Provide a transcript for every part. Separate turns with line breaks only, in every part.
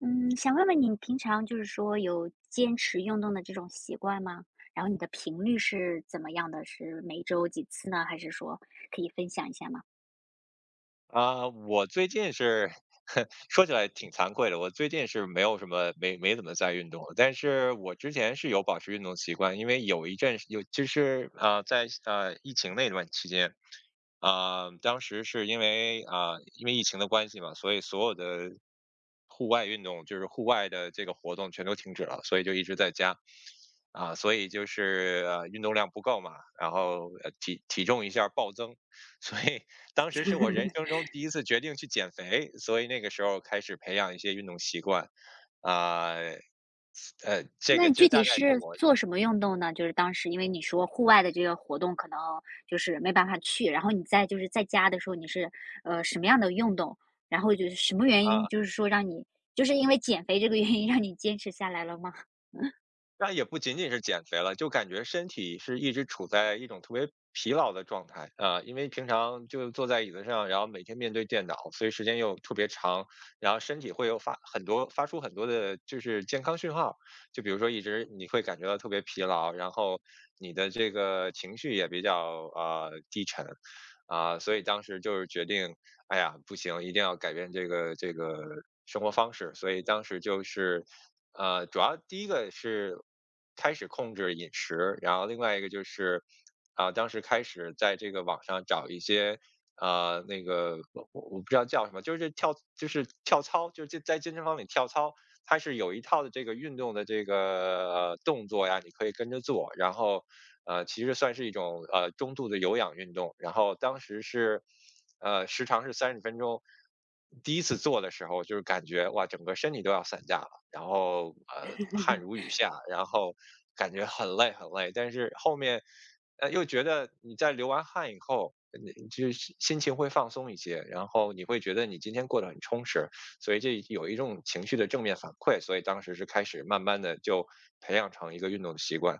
嗯，想问问你平常有坚持运动的这种习惯吗？然后你的频率是怎么样的？是每周几次呢？还是说可以分享一下吗？
我最近是 说起来挺惭愧的，我最近是没有什么没怎么在运动了，但是我之前是有保持运动习惯。因为有一阵是有就是在疫情那段期间，当时是因为因为疫情的关系嘛，所以所有的户外运动，就是户外的这个活动全都停止了，所以就一直在家。所以就是运动量不够嘛，然后体重一下暴增，所以当时是我人生中第一次决定去减肥，所以那个时候开始培养一些运动习惯。啊，这
那
个
你
就
具体
大概是
是
我
做什么运动呢？就是当时因为你说户外的这个活动可能没办法去，然后你在在家的时候你是什么样的运动？然后就是什么原因，
啊
就是说让你因为减肥这个原因让你坚持下来了吗？
那也不仅仅是减肥了，就感觉身体是一直处在一种特别疲劳的状态。因为平常就坐在椅子上，然后每天面对电脑，所以时间又特别长，然后身体会有发出很多的就是健康讯号。就比如说一直你会感觉到特别疲劳，然后你的这个情绪也比较低沉。所以当时就是决定哎呀不行，一定要改变这个生活方式。所以当时就是，主要第一个是开始控制饮食，然后另外一个就是，当时开始在这个网上找一些。那个我不知道叫什么，就是跳，就是跳操，就是在健身房里跳操。它是有一套的这个运动的这个动作呀，你可以跟着做，然后，其实算是一种中度的有氧运动。然后当时是，时长是三十分钟。第一次做的时候，就是感觉哇，整个身体都要散架了，然后汗 如雨下，然后感觉很累很累。但是后面，又觉得你在流完汗以后，你就是心情会放松一些，然后你会觉得你今天过得很充实。所以这有一种情绪的正面反馈，所以当时是开始慢慢的就培养成一个运动的习惯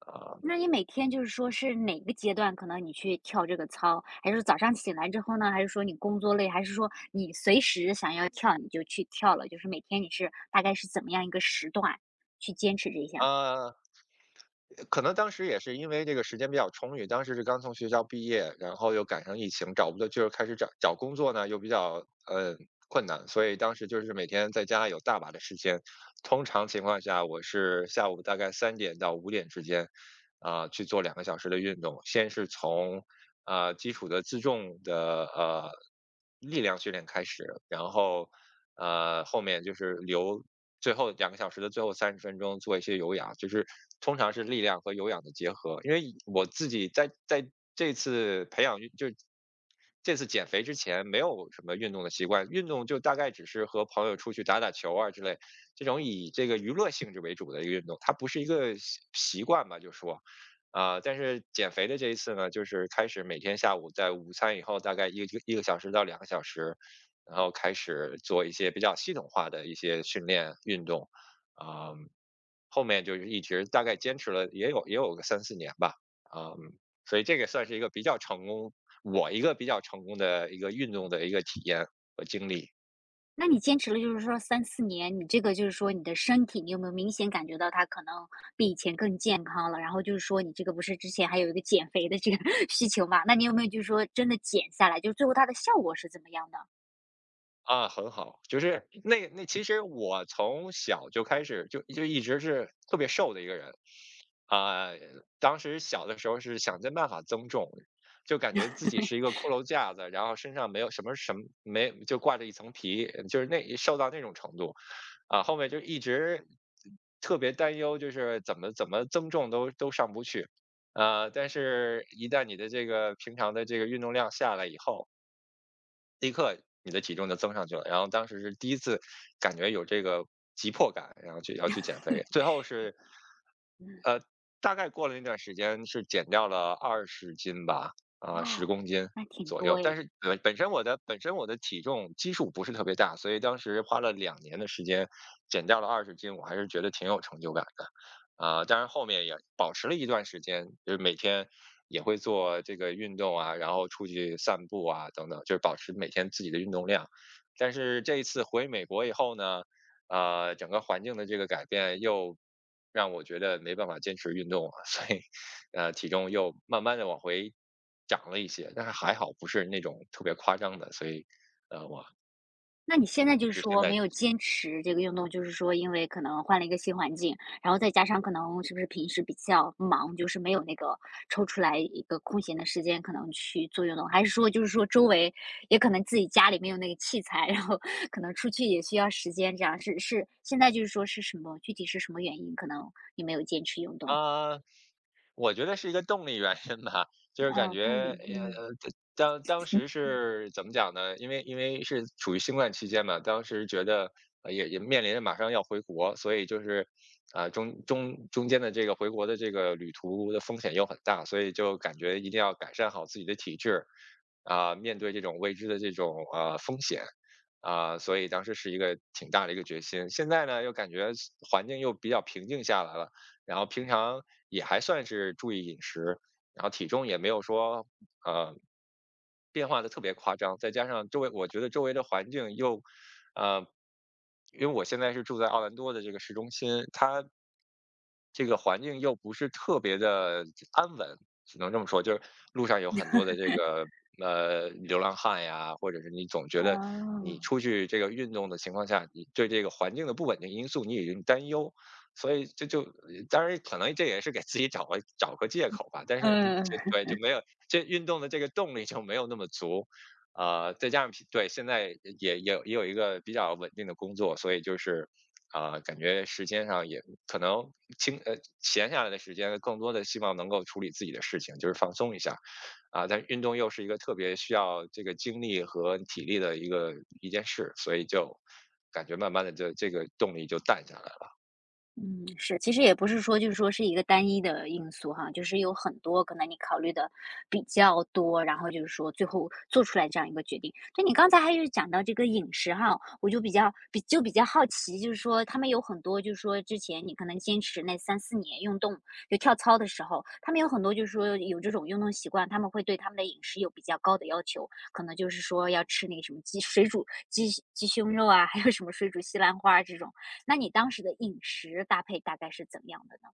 啊
那你每天是哪个阶段可能你去跳这个操？还是早上醒来之后呢？还是说你工作累？还是说你随时想要跳你就去跳了？就是每天你是大概是怎么样一个时段去坚持这项？
啊，可能当时也是因为这个时间比较充裕，当时是刚从学校毕业，然后又赶上疫情，找不到，就是开始找工作呢，又比较困难，所以当时就是每天在家有大把的时间。通常情况下我是下午大概3点到5点之间。去做两个小时的运动。先是从基础的自重的力量训练开始，然后后面就是留最后两个小时的最后三十分钟做一些有氧，就是通常是力量和有氧的结合。因为我自己在这次培养运，就是这次减肥之前没有什么运动的习惯，运动就大概只是和朋友出去打打球啊之类，这种以这个娱乐性质为主的一个运动，它不是一个习惯吧，就说。但是减肥的这一次呢，就是开始每天下午在午餐以后大概一个小时到两个小时，然后开始做一些比较系统化的一些训练运动。啊，后面就是一直大概坚持了也有个3、4年吧。啊，所以这个算是一个比较成功我一个比较成功的一个运动的一个体验和经历。
那你坚持了三四年，你你的身体，你有没有明显感觉到它可能比以前更健康了？然后就是说你这个不是之前还有一个减肥的这个 需求嘛？那你有没有真的减下来？就是最后它的效果是怎么样的？
很好。就是其实我从小就开始就一直是特别瘦的一个人。啊，当时小的时候是想尽办法增重，就感觉自己是一个骷髅架子，然后身上没有什么什么没就挂着一层皮，就是那瘦到那种程度。后面就一直特别担忧，就是怎么增重都上不去。但是一旦你的这个平常的这个运动量下来以后，立刻你的体重就增上去了。然后当时是第一次感觉有这个急迫感，然后去要去减肥。最后是，呃，大概过了那段时间是减掉了二十斤吧，十
哦，
公斤
那挺
左右。
多
但
耶。
是本身我的体重基数不是特别大，所以当时花了2年的时间减掉了二十斤，我还是觉得挺有成就感的。当然后面也保持了一段时间，就是每天也会做这个运动啊，然后出去散步啊等等，就是保持每天自己的运动量。但是这一次回美国以后呢，整个环境的这个改变又让我觉得没办法坚持运动了，所以体重又慢慢的往回涨了一些，但是还好不是那种特别夸张的。所以呃，我
那你现在
就现在
没有坚持这个运动，就是说因为可能换了一个新环境，然后再加上可能是不是平时比较忙，就是没有那个抽出来一个空闲的时间，可能去做运动，还是说周围也可能自己家里没有那个器材，然后 可能出去也需要时间，这样是现在是什么具体是什么原因，可能你没有坚持运动？
啊、我觉得是一个动力原因吧。就是感
哦，动
觉，
力，嗯，
呃，当时是怎么讲呢？因为因为是处于新冠期间嘛，当时觉得，也也面临着马上要回国，所以就是，中间的这个回国的这个旅途的风险又很大，所以就感觉一定要改善好自己的体质，面对这种未知的这种风险。所以当时是一个挺大的一个决心。现在呢，又感觉环境又比较平静下来了。然后平常也还算是注意饮食，然后体重也没有说呃变化的特别夸张。再加上周围，我觉得周围的环境又，呃，因为我现在是住在奥兰多的这个市中心，它这个环境又不是特别的安稳，只能这么说。就是路上有很多的这个，流浪汉呀，或者是你总觉得你
哦，
出去这个运动的情况下，你对这个环境的不稳定因素你已经担忧。所以这就当然可能这也是给自己找个借口吧，但是这，
嗯。
就没有这运动的这个动力就没有那么足。呃，再加上平对，现在也有一个比较稳定的工作，所以就是，感觉时间上也可能闲下来的时间更多的希望能够处理自己的事情，就是放松一下。但是运动又是一个特别需要这个精力和体力的一件事，所以就感觉慢慢的这个动力就淡下来了。
嗯，是，其实也不是说是一个单一的因素哈，就是有很多可能你考虑的比较多，然后就是说最后做出来这样一个决定。对，你刚才还是讲到这个饮食哈，我就比较好奇，就是说他们有很多就是说之前你可能坚持那三四年运动就跳操的时候，他们有很多就是说有这种运动习惯，他们会对他们的饮食有比较高的要求，可能就是说要吃那个什么水煮鸡胸肉啊，还有什么水煮西兰花啊这种。那你当时的饮食搭配大概是怎样的呢？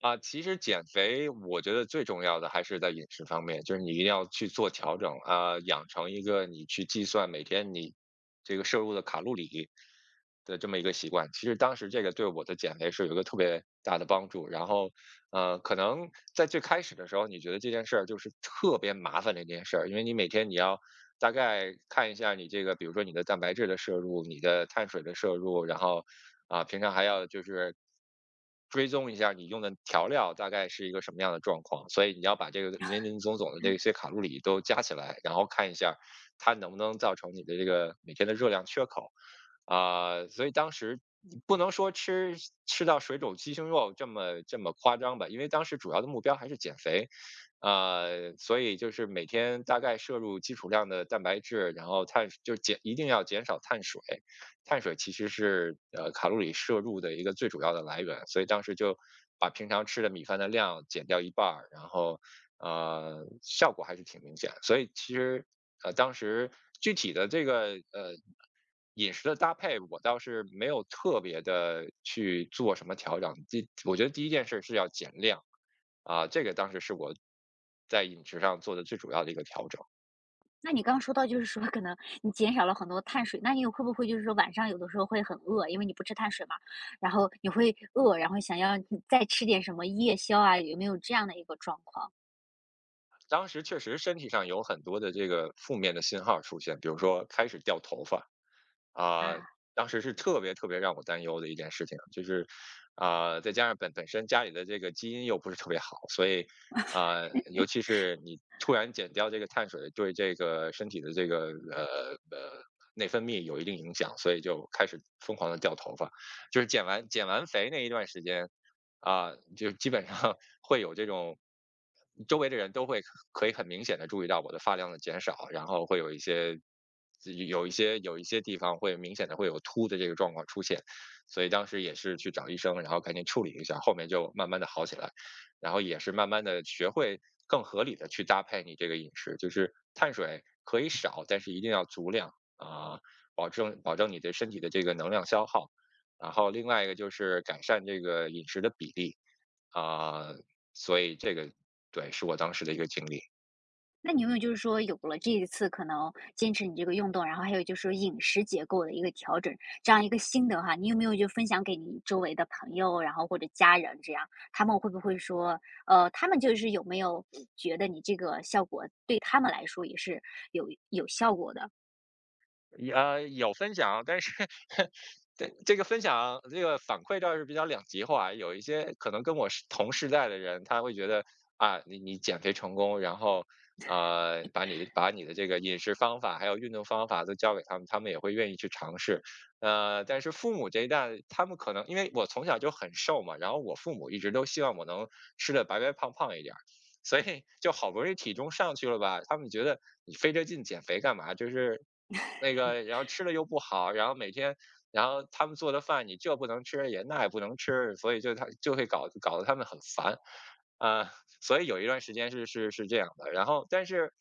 其实减肥我觉得最重要的还是在饮食方面，就是你一定要去做调整，啊，养成一个你去计算每天你这个摄入的卡路里的这么一个习惯。其实当时这个对我的减肥是有一个特别大的帮助。然后，可能在最开始的时候，你觉得这件事儿就是特别麻烦的一件事儿。因为你每天你要大概看一下你这个，比如说你的蛋白质的摄入、你的碳水的摄入，然后平常还要就是追踪一下你用的调料大概是一个什么样的状况。所以你要把这个林林总总的这些卡路里都加起来，然后看一下它能不能造成你的这个每天的热量缺口。所以当时不能说吃吃到水肿鸡胸肉这么夸张吧，因为当时主要的目标还是减肥。所以就是每天大概摄入基础量的蛋白质，然后碳就是减一定要减少碳水。碳水其实是卡路里摄入的一个最主要的来源，所以当时就把平常吃的米饭的量减掉一半儿，然后效果还是挺明显。所以其实当时具体的这个饮食的搭配，我倒是没有特别的去做什么调整。我觉得第一件事是要减量，这个当时是我在饮食上做的最主要的一个调整。
那你刚刚说到可能你减少了很多碳水，那你会不会晚上有的时候会很饿，因为你不吃碳水嘛，然后你会饿，然后想要再吃点什么夜宵啊，有没有这样的一个状况？
当时确实身体上有很多的这个负面的信号出现，比如说开始掉头发，啊、
啊，
当时是特别特别让我担忧的一件事情。就是再加上本身家里的这个基因又不是特别好，所以啊、尤其是你突然减掉这个碳水，对这个身体的这个呃内分泌有一定影响，所以就开始疯狂的掉头发，就是减完肥那一段时间。啊，就基本上会有这种周围的人都会可以很明显的注意到我的发量的减少，然后会有一些有一些地方会明显的会有秃的这个状况出现，所以当时也是去找医生，然后赶紧处理一下，后面就慢慢的好起来，然后也是慢慢的学会更合理的去搭配你这个饮食，就是碳水可以少，但是一定要足量。保证你的身体的这个能量消耗，然后另外一个就是改善这个饮食的比例。啊，所以这个对，是我当时的一个经历。
那你有没有就是说有了这一次可能坚持你这个运动，然后还有就是说饮食结构的一个调整，这样一个心得哈，你有没有就分享给你周围的朋友，然后或者家人这样，他们会不会说，他们就是有没有觉得你这个效果对他们来说也是有效果的？
有分享，但是 这个分享这个反馈倒是比较两极化，有一些可能跟我是同时代的人，他会觉得，啊，你减肥成功，然后，呃，把你的这个饮食方法还有运动方法都教给他们，他们也会愿意去尝试。呃，但是父母这一代，他们可能因为我从小就很瘦嘛，然后我父母一直都希望我能吃的白白胖胖一点儿。所以就好不容易体重上去了吧，他们觉得你费这劲减肥干嘛？就是那个，然后吃的又不好，然后每天，然后他们做的饭你这不能吃，也那也不能吃，所以就他就会搞得他们很烦。啊、呃所以有一段时间是这样的。然后，但是，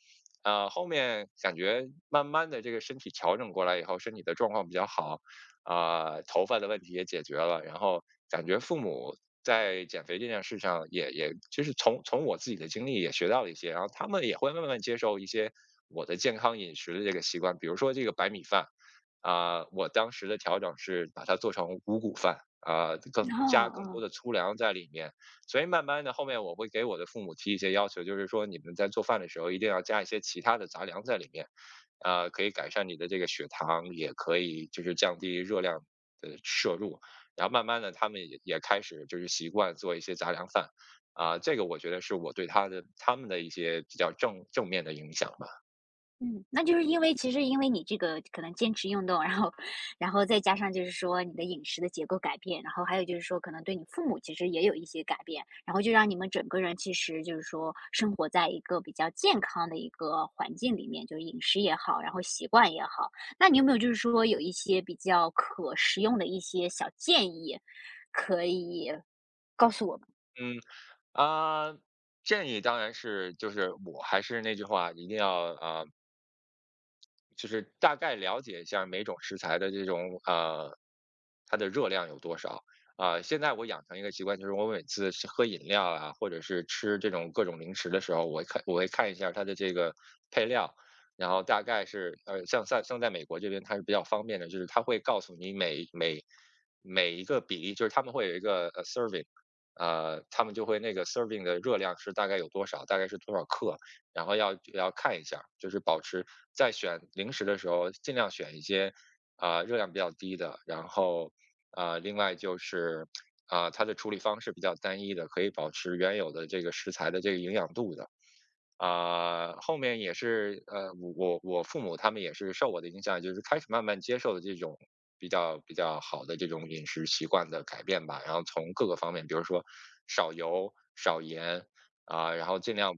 呃，后面感觉慢慢的这个身体调整过来以后，身体的状况比较好，头发的问题也解决了，然后感觉父母在减肥这件事上也就是从我自己的经历也学到了一些，然后他们也会慢慢接受一些我的健康饮食的这个习惯，比如说这个白米饭。我当时的调整是把它做成五谷饭。
哦
更多
哦。
的粗粮在里面，所以慢慢的后面我会给我的父母提一些要求，就是说你们在做饭的时候一定要加一些其他的杂粮在里面，呃，可以改善你的这个血糖，也可以就是降低热量的摄入。然后慢慢的，他们也开始就是习惯做一些杂粮饭。这个我觉得是我对他们的一些比较正面的影响吧。
嗯，那就是因为其实因为你这个可能坚持运动，然后，然后再加上就是说你的饮食的结构改变，然后还有就是说可能对你父母其实也有一些改变，然后就让你们整个人其实就是说生活在一个比较健康的一个环境里面，就是饮食也好，然后习惯也好。那你有没有就是说有一些比较可食用的一些小建议告诉我们？
嗯。啊、建议当然是就是我还是那句话，一定要啊、呃就是大概了解一下每种食材的这种呃，它的热量有多少。现在我养成一个习惯，就是我每次是喝饮料啊，或者是吃这种各种零食的时候，我会看一下它的这个配料，然后大概是呃，像在美国这边它是比较方便的，就是它会告诉你每一个比例，就是他们会有一个呃 serving，呃，他们就会那个 serving 的热量是大概有多少，大概是多少克，然后要看一下就是保持在选零食的时候，尽量选一些热量比较低的，然后另外就是它的处理方式比较单一的，可以保持原有的这个食材的这个营养度的。后面也是呃，我父母他们也是受我的影响，就是开始慢慢接受这种比较好的这种饮食习惯的改变吧。然后从各个方面，比如说少油、少盐，然后尽量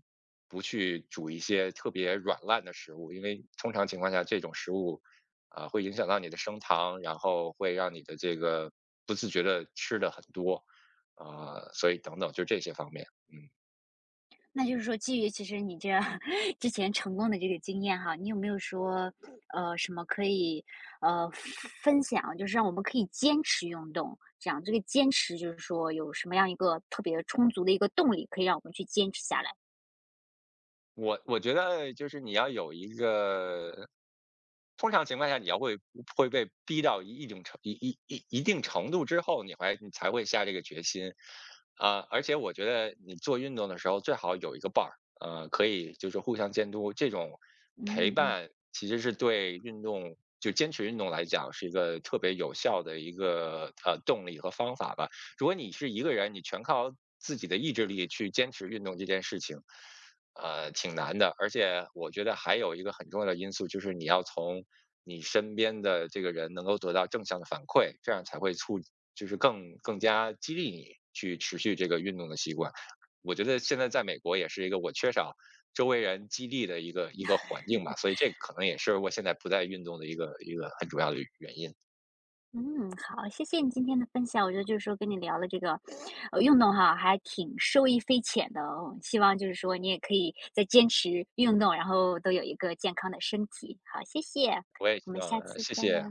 不去煮一些特别软烂的食物，因为通常情况下这种食物会影响到你的升糖，然后会让你的这个不自觉的吃的很多。所以等等就这些方面，嗯。
那就是说，基于其实你这 之前成功的这个经验哈，你有没有说，什么可以呃分享，就是让我们可以坚持运动，这样这个坚持就是说有什么样一个特别充足的一个动力，可以让我们去坚持下来？
我觉得就是你要有一个，通常情况下你会被逼到一一种程一一一一定程度之后，你才会下这个决心。而且我觉得你做运动的时候最好有一个伴儿，呃，可以就是互相监督，这种陪
嗯嗯。
伴其实是对运动就坚持运动来讲是一个特别有效的一个动力和方法吧。如果你是一个人，你全靠自己的意志力去坚持运动这件事情。呃，挺难的。而且我觉得还有一个很重要的因素，就是你要从你身边的这个人能够得到正向的反馈，这样才会就是更加激励你去持续这个运动的习惯。我觉得现在在美国也是一个我缺少周围人激励的一个环境吧，所以这个可能也是我现在不再运动的一个很主要的原因。
嗯，好，谢谢你今天的分享。我觉得就是说跟你聊了这个，运动哈，还挺受益匪浅的哦。希望就是说你也可以再坚持运动，然后都有一个健康的身体。好，谢谢，
我也
我
希
们
望，
下次
谢
再聊。
谢。